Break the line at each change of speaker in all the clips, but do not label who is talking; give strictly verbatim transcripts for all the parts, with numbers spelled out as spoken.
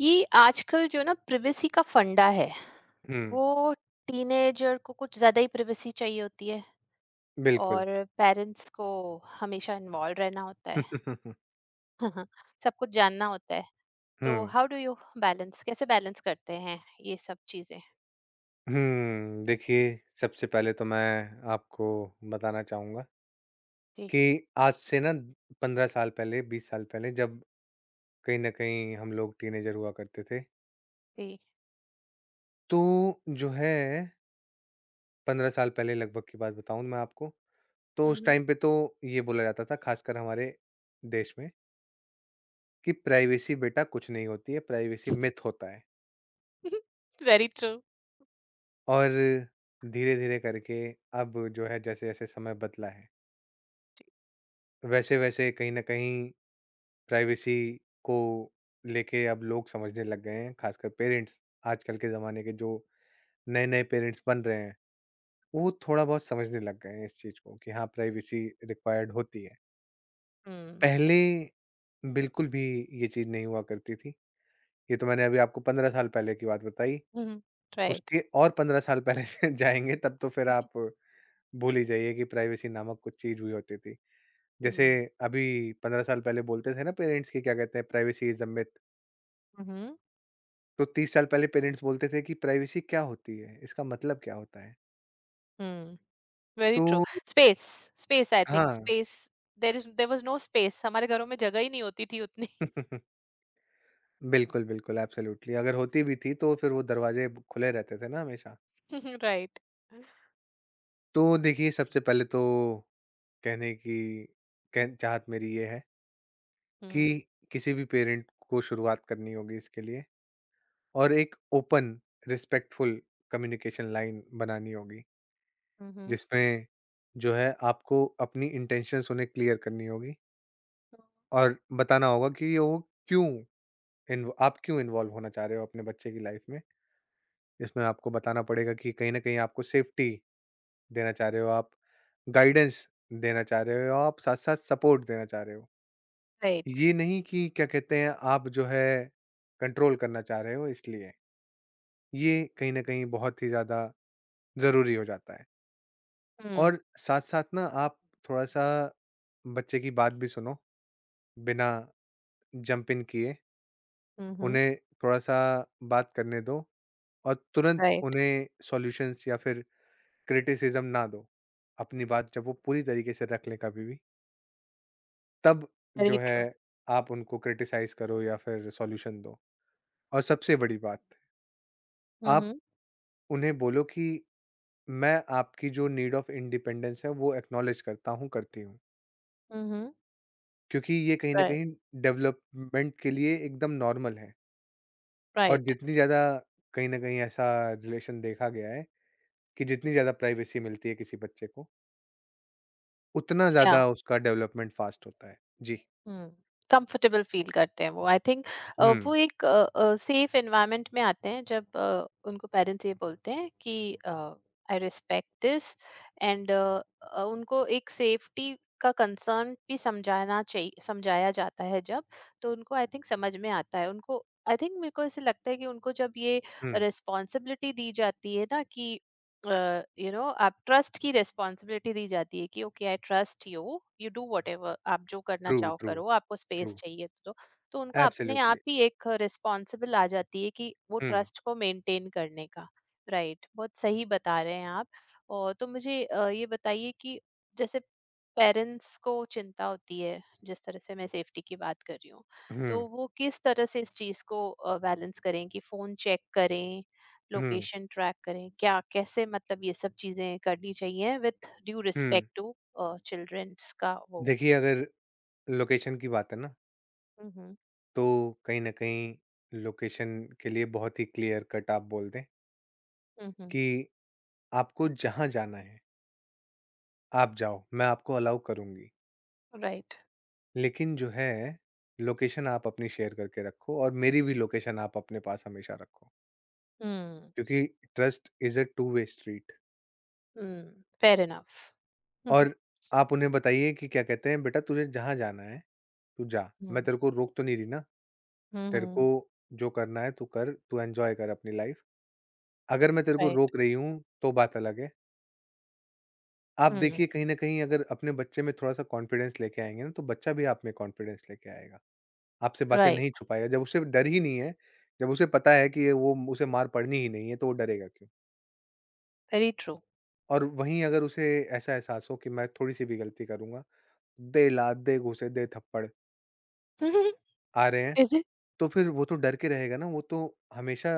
ये आजकल जो ना प्रिवेसी का फंडा है,
हुँ,
वो टीनेजर को कुछ ज्यादा ही प्रिवेसी चाहिए होती है.
बिल्कुल।
और पेरेंट्स को हमेशा इन्वॉल्व रहना होता है. सब कुछ जानना होता है. तो
हुँ।
हाउ डू यू बैलेंस कैसे बैलेंस करते हैं ये सब चीजें.
हुँ, देखिए, सबसे पहले तो मैं आपको बताना चाहूँगा
जी.
कि आज से ना पंद्रह साल पहले, बीस साल पहले जब कहीं न कहीं हम लोग टीनेजर हुआ करते थे,
जी.
तो जो है पंद्रह साल पहले लगभग की बात बताऊँ मैं आपको, तो उस
हम्म.
टाइम पे तो ये बोला जाता था खासकर हमारे देश में कि प्राइवेसी बेटा कुछ नहीं होती है, प्राइवेसी मिथ होता है।
Very true.
और धीरे-धीरे करके अब जो है जैसे-जैसे समय बदला है वैसे वैसे कहीं ना कहीं प्राइवेसी को लेके अब लोग समझने लग गए हैं खासकर पेरेंट्स आजकल के जमाने के जो नए नए पेरेंट्स बन रहे हैं वो थोड़ा बहुत समझने लग गए हैं इस चीज को कि हाँ प्राइवेसी रिक्वायर्ड होती है।
हम्म.
पहले बिल्कुल भी ये चीज नहीं हुआ करती थी। ये तो मैंने अभी आपको पंद्रह साल पहले की बात बताई।
राइट.
उसके और पंद्रह साल पहले से जाएंगे तब तो फिर आप भूल ही जाइए कि प्राइवेसी नामक कुछ चीज हुई होती थी। जैसे
हम्म.
अभी पंद्रह साल पहले बोलते थे ना पेरेंट्स की क्या कहते हैं प्राइवेसी इज अ,
हम्म.
तो तीस साल पहले पेरेंट्स बोलते थे कि प्राइवेसी क्या होती है? इसका मतलब क्या होता है?
हम्म. वेरी
तो
true. Space space I think
हाँ।
Space. There is there was no space, हमारे घरों में जगह ही नहीं होती थी उतनी.
बिल्कुल, बिल्कुल, एब्सोल्यूटली अगर होती भी थी तो फिर वो दरवाजे ब खुले रहते थे ना हमेशा।
Right.
तो देखिए, सबसे पहले तो कहने की कह चाहत मेरी ये है कि
Mm.
किसी भी पेरेंट को शुरुआत करनी होगी इसके लिए और एक ओपन, रिस्पेक्टफुल कम्युनिकेशन लाइन बनानी होगी,
Mhm.
जिसमें जो है आपको अपनी इंटेंशंस उन्हें क्लियर करनी होगी और बताना होगा कि वो क्यों इन्व आप क्यों इन्वॉल्व होना चाह रहे हो अपने बच्चे की लाइफ में। इसमें आपको बताना पड़ेगा कि कहीं न कहीं आपको सेफ्टी देना चाह रहे हो आप, गाइडेंस देना चाह रहे हो आप, साथ-साथ सपोर्ट देना चाह रहे हो।
Right.
ये नहीं कि क्या कहते हैं आप जो है कंट्रोल करना चाह रहे हो इसलिए। ये कहीं न कहीं बहुत ही ज़्यादा ज़रूरी हो जाता है।
Mm.
और साथ-साथ ना आप थोड़ा-सा बच्चे की बात भी सुनो, बिना जंप इन किए।
Mhm.
उन्हें थोड़ा-सा बात करने दो और तुरंत
Right.
उन्हें सॉल्यूशंस या फिर क्रिटिसिज्म ना दो, अपनी बात जब वो पूरी तरीके से रख लें कभी भी, तब जो
Very
है
true.
आप उनको क्रिटिसाइज़ करो या फिर सॉल्यूशन दो। और सबसे बड़ी बात, आप
Mhm.
उन्हें बोलो कि मैं आपकी जो नीड ऑफ इंडिपेंडेंस है वो एक्नॉलेज करता हूँ, करती हूँ।
Mhm.
क्योंकि ये कहीं न
Right.
कहीं डेवलपमेंट के लिए एकदम नॉर्मल है। और
Right.
जितनी ज़्यादा, कहीं न कहीं ऐसा रिलेशन देखा गया है कि जितनी ज़्यादा प्राइवेसी मिलती है किसी बच्चे को, उतना
Yeah.
ज़्यादा उसका डेवलपमेंट फ़ास्ट होता है। जी।
हुँ, कंफर्टेबल फ़ील करते हैं वो, आई थिंक. अ,
हुँ,
वो एक अ अ, सेफ एनवायरनमेंट में आते हैं जब अ, उनको पेरेंट्स ये बोलते हैं कि uh, I respect this. And uh, उनको एक सेफ्टी का कंसर्न भी समझाना चाहिए, समझाया जाता है जब, तो उनको आई थिंक समझ में आता है. उनको आई थिंक, मेरे को ऐसे लगता है कि उनको जब ये
हुँ।
रिस्पॉन्सिबिलिटी दी जाती है ना, कि यू नो आप ट्रस्ट की रिस्पॉन्सिबिलिटी दी जाती है कि okay, I trust you, you do whatever, आप जो करना
ट्रू,
चाहो
ट्रू,
करो, आपको
ट्रू,
स्पेस चाहिए तो तो उनको अपने
एब्सोल्युटली।
आप ही एक रिस्पॉन्सिबल आ जाती है कि वो
हुँ,
ट्रस्ट को मेंटेन करने का. राइट, बहुत सही बता रहे हैं आप. और तो मुझे अ, ये बताइए कि जैसे पेरेंट्स को चिंता होती है जिस तरह से मैं सेफ्टी की बात कर रही हूँ,
हुँ,
तो वो किस तरह से इस चीज को बैलेंस करें कि फोन चेक करें,
हुँ,
लोकेशन ट्रैक करें, क्या कैसे, मतलब ये सब चीजें करनी चाहिए विथ ड्यू
हुँ।
रिस्पेक्ट टू चिल्ड्रंस का वो.
देखिए, अगर लोकेशन की बात है ना,
हम्म.
तो कहीं न कहीं लोकेशन के लिए बहुत ही क्लियर कट आप बोल दें
हम्म.
कि आपको जहाँ जाना है, आप जाओ, मैं आपको अलाउ करूँगी।
राइट.
लेकिन जो है, लोकेशन आप अपनी शेयर करके रखो और मेरी भी लोकेशन आप अपने पास हमेशा रखो,
हम्म.
क्योंकि trust is a two way street.
हम्म. Fair enough.
और आप उन्हें बताइए कि क्या कहते हैं, "बेटा, तुझे जहाँ जाना है, तू जा, मैं
हम्म.
तेरे को रोक तो नहीं रही ना? तेरे को
हम्म.
जो करना है तू कर, तू एन्जॉय कर अपनी लाइफ। अगर मैं तेरे को
राइट.
रोक रही हूँ, तो बात अलग है।" आप देखिए
हम्म.
कहीं न कहीं अगर अपने बच्चे में थोड़ा-सा कॉन्फिडेंस लेके आएँगे ना, तो बच्चा भी आप में कॉन्फिडेंस लेके आएगा। आपसे बातें नहीं
राइट.
छुपाएगा, जब उसे डर ही नहीं है, जब उसे पता है कि ये वो उसे मार पड़नी ही नहीं है, तो वो डरेगा क्यों?
Very true.
और वहीं अगर उसे ऐसा एहसास हो कि मैं थोड़ी-सी भी गलती करूँगा, दे लात, दे घूँसे, दे थप्पड़,
हम्म.
आ रहे हैं,
इज इट.
तो फिर वो तो डर के रहेगा ना, वो तो हमेशा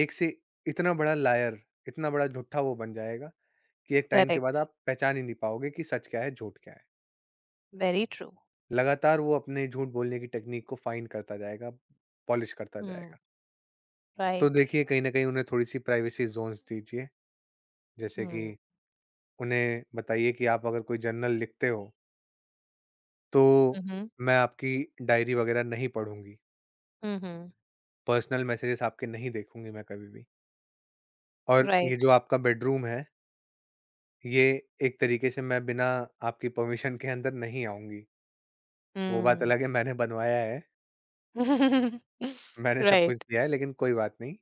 एक से इतना बड़ा लायर, इतना बड़ा झूठा वो बन जाएगा कि एक टाइम के बाद
करेक्ट.
आप पहचान ही नहीं पाओगे कि सच क्या है, झूठ क्या है।
Very true.
लगातार वो अपने झूठ बोलने की टेक्नीक को फ़ाइन करता जाएगा, पॉलिश करता
हम्म.
जाएगा। तो
राइट.
देखिए कहीं न कहीं उन्हें थोड़ी-सी प्राइवेसी ज़ोन्स दीजिए, जैसे कि
हम्म.
उन्हें बताइए कि आप अगर कोई जर्नल लिखते हो, तो
हम्म.
मैं आपकी डायरी वग़ैरह नहीं पढ़ूँगी,
हम्म.
पर्सनल मैसेजेस आपके नहीं देखूँगी मैं कभी भी। और ये
राइट.
जो आपका बेडरूम है, ये एक तरीके से मैं बिना आपकी परमिशन के अंदर नहीं आऊँगी। वो बात
हम्म.
अलग है मैंने बनवाया है। मैंने सब
right.
कुछ दिया है लेकिन कोई बात नहीं,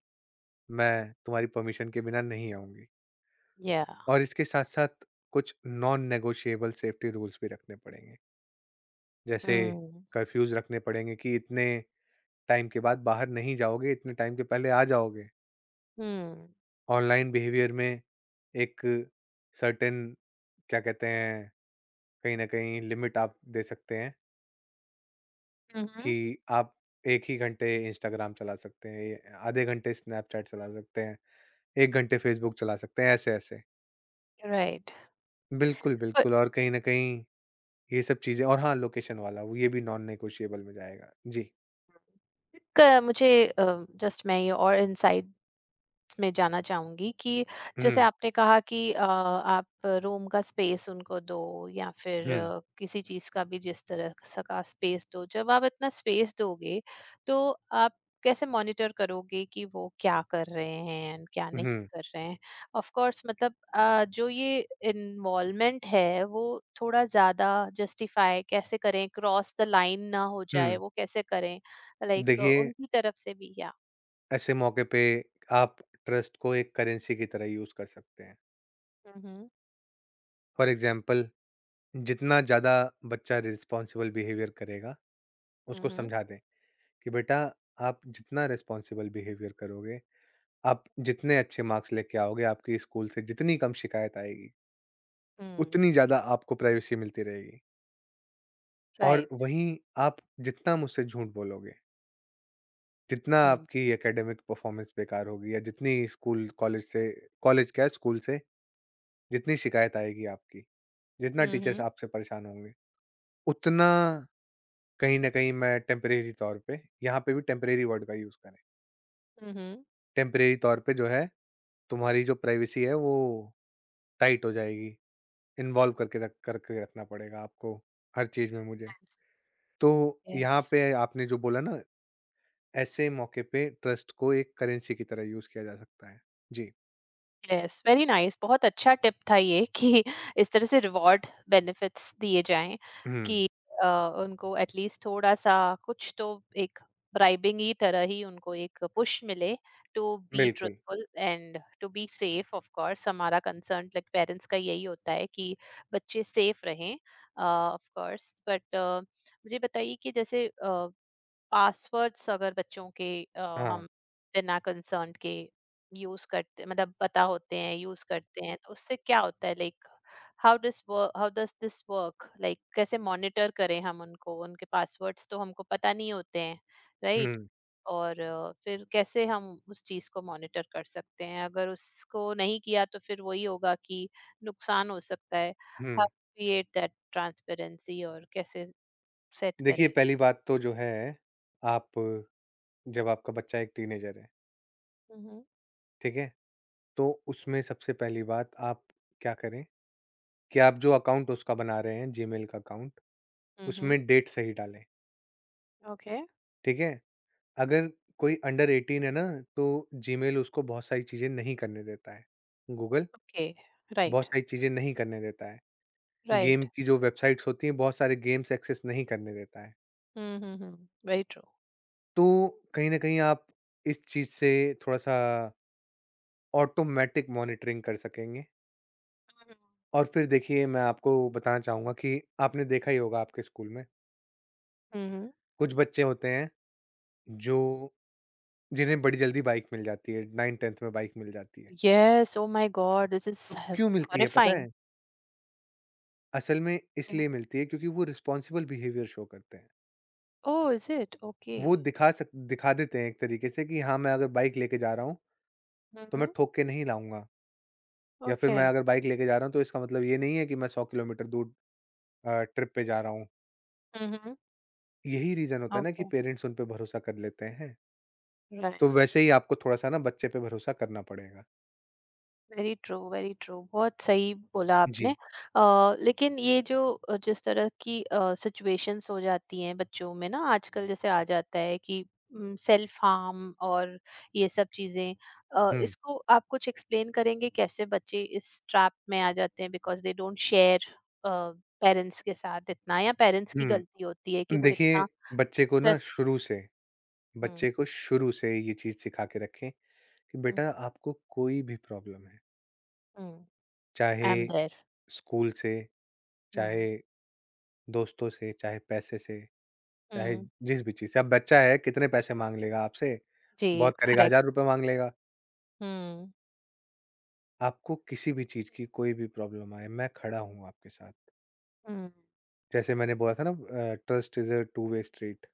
मैं तुम्हारी परमिशन के बिना नहीं आऊँगी।
yeah.
और इसके साथ-साथ कुछ नॉन नेगोशिएबल सेफ्टी रूल्स भी रखने पड़ेंगे। जैसे
हम्म.
कर्फ्यूज़ रखने पड़ेंगे कि इतने टाइम के बाद बाहर नहीं जाओगे, इतने टाइम के पहले आ जाओगे।
हम्म.
ऑनलाइन बिहेवियर में एक सर्टेन क्या कहते हैं, कहीं न कहीं लिमिट आप दे सकते हैं
mm-hmm.
कि आप एक ही घंटे इंस्टाग्राम चला सकते हैं, आधे घंटे स्नैपचैट चला सकते हैं, एक घंटे फेसबुक चला सकते हैं, ऐसे-ऐसे।
right.
बिल्कुल, बिल्कुल। और कहीं न कहीं ये सब चीज़ें और हाँ, लोकेशन वाला वो ये भी नॉन नेगोशिएबल में जाएगा। जी।
क मुझे अ, मुझे जस्ट, मैं ये और इनसाइट में जाना चाहूंगी कि जैसे
हुँ,
आपने कहा कि अ, आप रूम का स्पेस उनको दो, या फिर
हुँ,
अ, किसी चीज का भी जिस तरह स- का स्पेस दो. जब आप इतना स्पेस दोगे, तो आप कैसे मॉनिटर करोगे कि वो क्या कर रहे हैं and क्या नहीं
हुँ,
कर रहे हैं. ऑफ कोर्स, मतलब अ, जो ये इन्वॉल्वमेंट है, वो थोड़ा ज्यादा जस्टिफाई कैसे करें, क्रॉस द लाइन ना हो जाए,
हुँ।
वो कैसे करें, लाइक
देखिए,
उनकी तरफ से भी या.
ऐसे मौके पे आप ट्रस्ट को एक करेंसी की तरह यूज़ कर सकते हैं।
हम्म.
फॉर एग्ज़ाम्पल जितना ज़्यादा बच्चा रिस्पॉन्सिबल बिहेवियर करेगा, उसको
हम्म. हम्म.
समझा दें कि बेटा आप जितना रिस्पॉन्सिबल बिहेवियर करोगे, आप जितने अच्छे मार्क्स लेके आओगे, आपकी स्कूल से जितनी कम शिकायत आएगी,
हम्म.
उतनी ज़्यादा आपको प्राइवेसी मिलती रहेगी। और
Right.
वहीं आप जितना मुझसे झूठ बोलोगे, जितना
हुँ.
आपकी एकेडमिक परफॉर्मेंस बेकार होगी या जितनी स्कूल कॉलेज से कॉलेज क्या स्कूल से जितनी शिकायत आएगी आपकी, जितना
हुँ,
टीचर्स
हुँ.
आपसे परेशान होंगे, उतना कहीं न कहीं मैं टेम्परेरी तौर पे, यहाँ पे भी टेम्परेरी वर्ड का यूज़ करें,
हुँ, हुँ.
टेम्परेरी तौर पे जो है तुम्हारी जो प्राइवेसी है वो टाइट हो जाएगी, इन्वॉल्व करके रख करके रखना पड़ेगा आपको हर चीज़ में मुझे।
यस,
तो
यस,
यहाँ पे आपने जो बोला ना ऐसे मौके पे ट्रस्ट को एक करेंसी की तरह यूज़ किया जा सकता है। जी।
यस, वेरी नाइस, बहुत अच्छा टिप था ये कि इस तरह से रिवॉर्ड बेनिफिट्स दिए जाएँ
हुँ,
कि अ, उनको एटलीस्ट थोड़ा-सा कुछ तो एक ब्राइबिंग ही तरह ही उनको एक पुश मिले टू बी
बिल्कुल।
Truthful and to be safe. Of course, हमारा कंसर्न लाइक पेरेंट्स का यही होता है कि बच्चे सेफ रहें. अ, ऑफ कोर्स, बट मुझे बताइए कि जैसे अ पासवर्ड्स, अगर बच्चों के अ,
हाँ।
हम बिना कंसर्न के यूज करते, मतलब पता होते हैं यूज करते हैं, तो उससे क्या होता है? Like how does how does this work, like कैसे मॉनिटर करें हम उनको, उनके पासवर्ड्स तो हमको पता नहीं होते हैं. राइट.
हुँ,
और अ, फिर कैसे हम उस चीज को मॉनिटर कर सकते हैं, अगर उसको नहीं किया तो फिर वही होगा कि नुकसान हो सकता है.
हुँ।
हाउ क्रिएट दैट ट्रांसपेरेंसी, और कैसे सेट करें
देखिए
उस
पहली
चीज.
बात तो जो है, आप, जब आपका बच्चा एक टीनेजर है,
हम्म.
ठीक है? तो उसमें सबसे पहली बात आप क्या करें कि आप जो अकाउंट उसका बना रहे हैं जीमेल का अकाउंट,
हम्म.
उसमें डेट सही डालें,
Okay.
ठीक है? अगर कोई अंडर एटीन है ना, तो जीमेल उसको बहुत सारी चीज़ें नहीं करने देता है। Google
Okay. Right.
बहुत सारी चीज़ें नहीं करने देता है।
Right.
गेम की जो वेबसाइट्स होती हैं, बहुत सारे गेम्स एक्सेस नहीं करने देता है।
Mm-hmm. Very true.
तो कहीं न कहीं आप इस चीज़ से थोड़ा-सा ऑटोमैटिक मॉनिटरिंग कर सकेंगे।
Mhm.
और फिर देखिए, मैं आपको बताना चाहूँगा कि आपने देखा ही होगा आपके स्कूल में,
Mm-hmm.
कुछ बच्चे होते हैं जो जिन्हें बड़ी जल्दी बाइक मिल जाती है, नाइंथ-टेंथ में बाइक मिल जाती है।
Yes. Oh my God. This
तो
is h-
क्यों मिलती है पता है?
horrifying.
असल में
You
इसलिए
know.
मिलती है क्योंकि वो रिस्पॉन्सिबल बिहेवियर शो करते हैं।
Oh, is it?
वो
Okay.
दिखा सक दिखा देते हैं एक तरीके से कि हाँ, मैं अगर बाइक लेके जा रहा हूँ, तो मैं
Mm-hmm.
ठोक के नहीं लाऊँगा। या फिर मैं
Okay.
अगर बाइक लेके जा रहा हूँ तो इसका मतलब ये नहीं है कि मैं सौ किलोमीटर दूर अ, ट्रिप पे जा रहा हूँ।
Mm-hmm.
यही रीज़न होता है ना कि
Okay.
पेरेंट्स उन पे भरोसा कर लेते हैं।
Right.
तो वैसे ही आपको थोड़ा-सा ना बच्चे पे भरोसा करना पड़ेगा।
वेरी ट्रू, वेरी ट्रू, बहुत सही बोला आपने.
जी।
अ, लेकिन ये जो अ, जिस तरह की सिचुएशंस हो जाती हैं बच्चों में ना आजकल, जैसे आ जाता है कि सेल्फ हार्म और ये सब चीजें, अ,
हुँ,
इसको आप कुछ एक्सप्लेन करेंगे, कैसे बच्चे इस ट्रैप में आ जाते हैं because they don't share parents के साथ इतना, या पेरेंट्स की
हुँ।
गलती होती है कि वो
देखिए,
इतना
बच्चे को ना
ट्रस्ट.
शुरू से
हम्म.
बच्चे को शुरू से ये चीज़ सिखा के रखें कि बेटा आपको कोई भी प्रॉब्लम है,
हम्म. आई
चाहे
एम देयर.
स्कूल से,
हम्म.
चाहे दोस्तों से, चाहे पैसे से, चाहे
हम्म,
जिस भी चीज़ से। अब बच्चा है कितने पैसे माँग लेगा आपसे?
जी.
बहुत करेगा
करेक्ट.
₹हज़ार माँग लेगा।
हम्म.
आपको किसी भी चीज़ की कोई भी प्रॉब्लम आए, मैं खड़ा हूँ आपके साथ।
हम्म.
जैसे मैंने बोला था ना uh, trust is a two way street.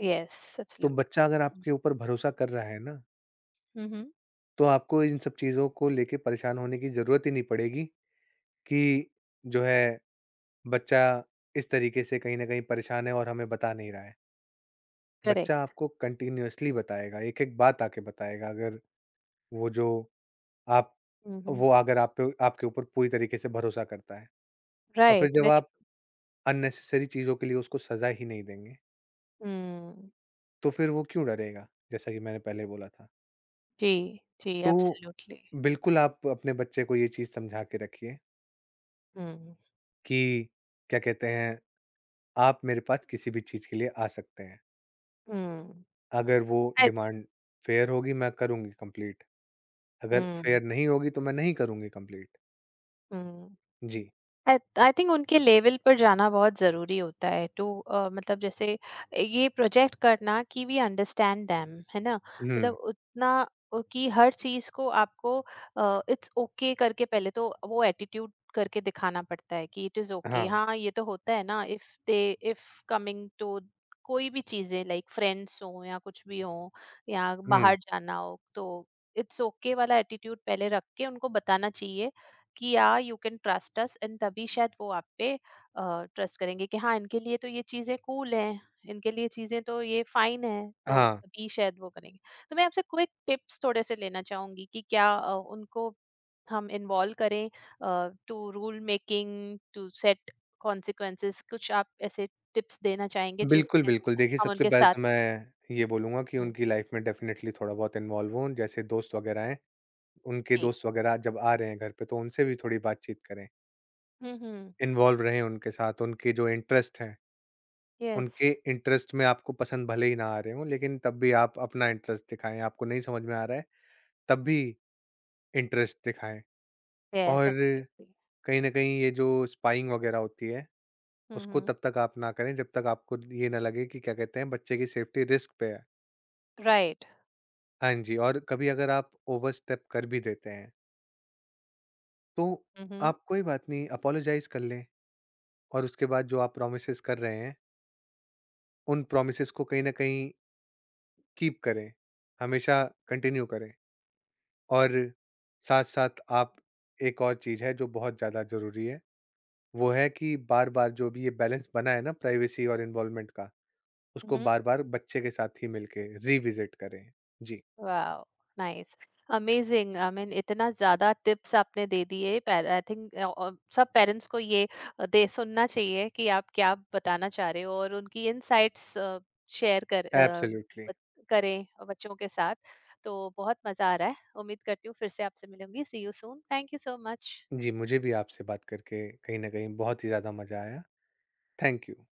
Yes,
तो
absolutely.
बच्चा अगर आपके ऊपर भरोसा कर रहा है ना,
Mm-hmm.
तो आपको इन सब चीज़ों को लेके परेशान होने की ज़रूरत ही नहीं पड़ेगी कि जो है बच्चा इस तरीके से कहीं न कहीं परेशान है और हमें बता नहीं रहा है। बच्चा
Correct.
आपको कंटीन्यूअसली बताएगा, एक-एक बात आके बताएगा अगर वो जो आप
Mm-hmm.
वो अगर आप पे आपके ऊपर पूरी तरीके से भरोसा करता है। और
Right.
फिर जब
Very.
आप अननेसेसरी चीज़ों के लिए उसको सज़ा ही नहीं देंगे,
Mm.
तो फिर वो क्यों डरेगा? जैसा कि मैंने पहले बोला था।
Gee, gee,
तो
absolutely.
बिल्कुल आप अपने बच्चे को ये चीज़ समझा के रखिए
Mm-hmm.
कि क्या कहते हैं, आप मेरे पास किसी भी चीज़ के लिए आ सकते हैं। अगर वो
I,
डिमांड फ़ेयर होगी, मैं करूँगी कंप्लीट, अगर
mm,
फ़ेयर नहीं होगी तो मैं नहीं करूँगी कंप्लीट।
mm.
जी।
आई थिंक उनके लेवल पर जाना बहुत ज़रूरी होता है टू, मतलब जैसे ये प्रोजेक्ट करना कि वी अंडरस्टैंड देम, है ना, मतलब
हुँ,
उतना उ- कि हर चीज़ को आपको इट्स ओके okay करके पहले तो वो एटीट्यूड करके दिखाना पड़ता है कि इट इज़ ओके.
हाँ।
हाँ, ये तो होता है ना, if they, if coming to कोई भी चीज़ें लाइक फ्रेंड्स हो या कुछ भी हो, या
हुँ,
बाहर जाना हो, तो इट्स ओके okay वाला एटीट्यूड पहले रख के उनको बताना चाहिए कि या you can trust us, and तभी शायद वो आप पे ट्रस्ट करेंगे कि हाँ, इनके लिए तो ये चीजें कूल हैं, इनके लिए चीजें तो ये फाइन है, तो
हाँ।
अभी शायद वो करेंगे. तो मैं आपसे क्विक टिप्स थोड़े से लेना चाहूंगी कि क्या अ, उनको हम इन्वॉल्व करें to rule making, to set consequences, कुछ आप ऐसे टिप्स देना चाहेंगे
बिल्कुल,
जिसके
बिल्कुल। देखिए,
हम
सबसे
उनके
पहले
साथ.
तो मैं ये बोलूँगा कि
हम्म,
उनकी लाइफ़ में डेफ़िनेटली थोड़ा बहुत इन्वॉल्व हों, जैसे दोस्त वगैरह हैं। उनके
जी.
दोस्त वगैरह जब आ रहे हैं घर पे तो उनसे भी थोड़ी बातचीत करें।
हम्म.
इन्वॉल्व रहें उनके साथ, उनके जो इंटरेस्ट हैं,
यस.
उनके इंटरेस्ट में आपको पसंद भले ही ना आ रहे हों लेकिन तब भी आप अपना इंटरेस्ट दिखाएँ, आपको नहीं समझ में आ रहा है तब भी इंटरेस्ट दिखाएँ।
यस,
और
एब्सोल्युटली.
कहीं न कहीं ये जो स्पाइंग वगैरह होती है, उसको
हम्म.
तब तक आप ना करें जब तक आपको ये ना लगे कि क्या कहते हैं बच्चे की सेफ्टी रिस्क पे है।
राइट.
हाँ जी, और कभी अगर आप ओवरस्टेप कर भी देते हैं, तो
हम्म.
आप कोई बात नहीं, अपोलोजाइज़ कर लें और उसके बाद जो आप प्रोमिसेज़ कर रहे हैं उन प्रोमिसेस को कहीं न कहीं कीप करें, हमेशा कंटिन्यू करें। और साथ-साथ आप, एक और चीज़ है जो बहुत ज़्यादा ज़रूरी है, वो है कि बार-बार जो भी ये बैलेंस बना है ना प्राइवेसी और इन्वॉल्वमेंट का, उसको बार-बार बच्चे के साथ ही मिलके रिविज़िट करें। जी,
wow! Nice, amazing, I mean इतना ज़्यादा टिप्स आपने दे दिए पैर आई थिंक अ अ, सब पेरेंट्स को ये अ, दे सुनना चाहिए कि आप क्या बताना चाह रहे हो, और उनकी इनसाइट्स अ, शेयर कर अ,
एब्सोल्युटली।
बत करें अ, बच्चों के साथ, तो बहुत मज़ा आ रहा है. उम्मीद करती हूँ फिर से आपसे मिलूँगी, see you soon, thank you so much.
जी, मुझे भी आपसे बात करके कहीं न कहीं बहुत ही ज़्यादा मज़ा आया। Thank you.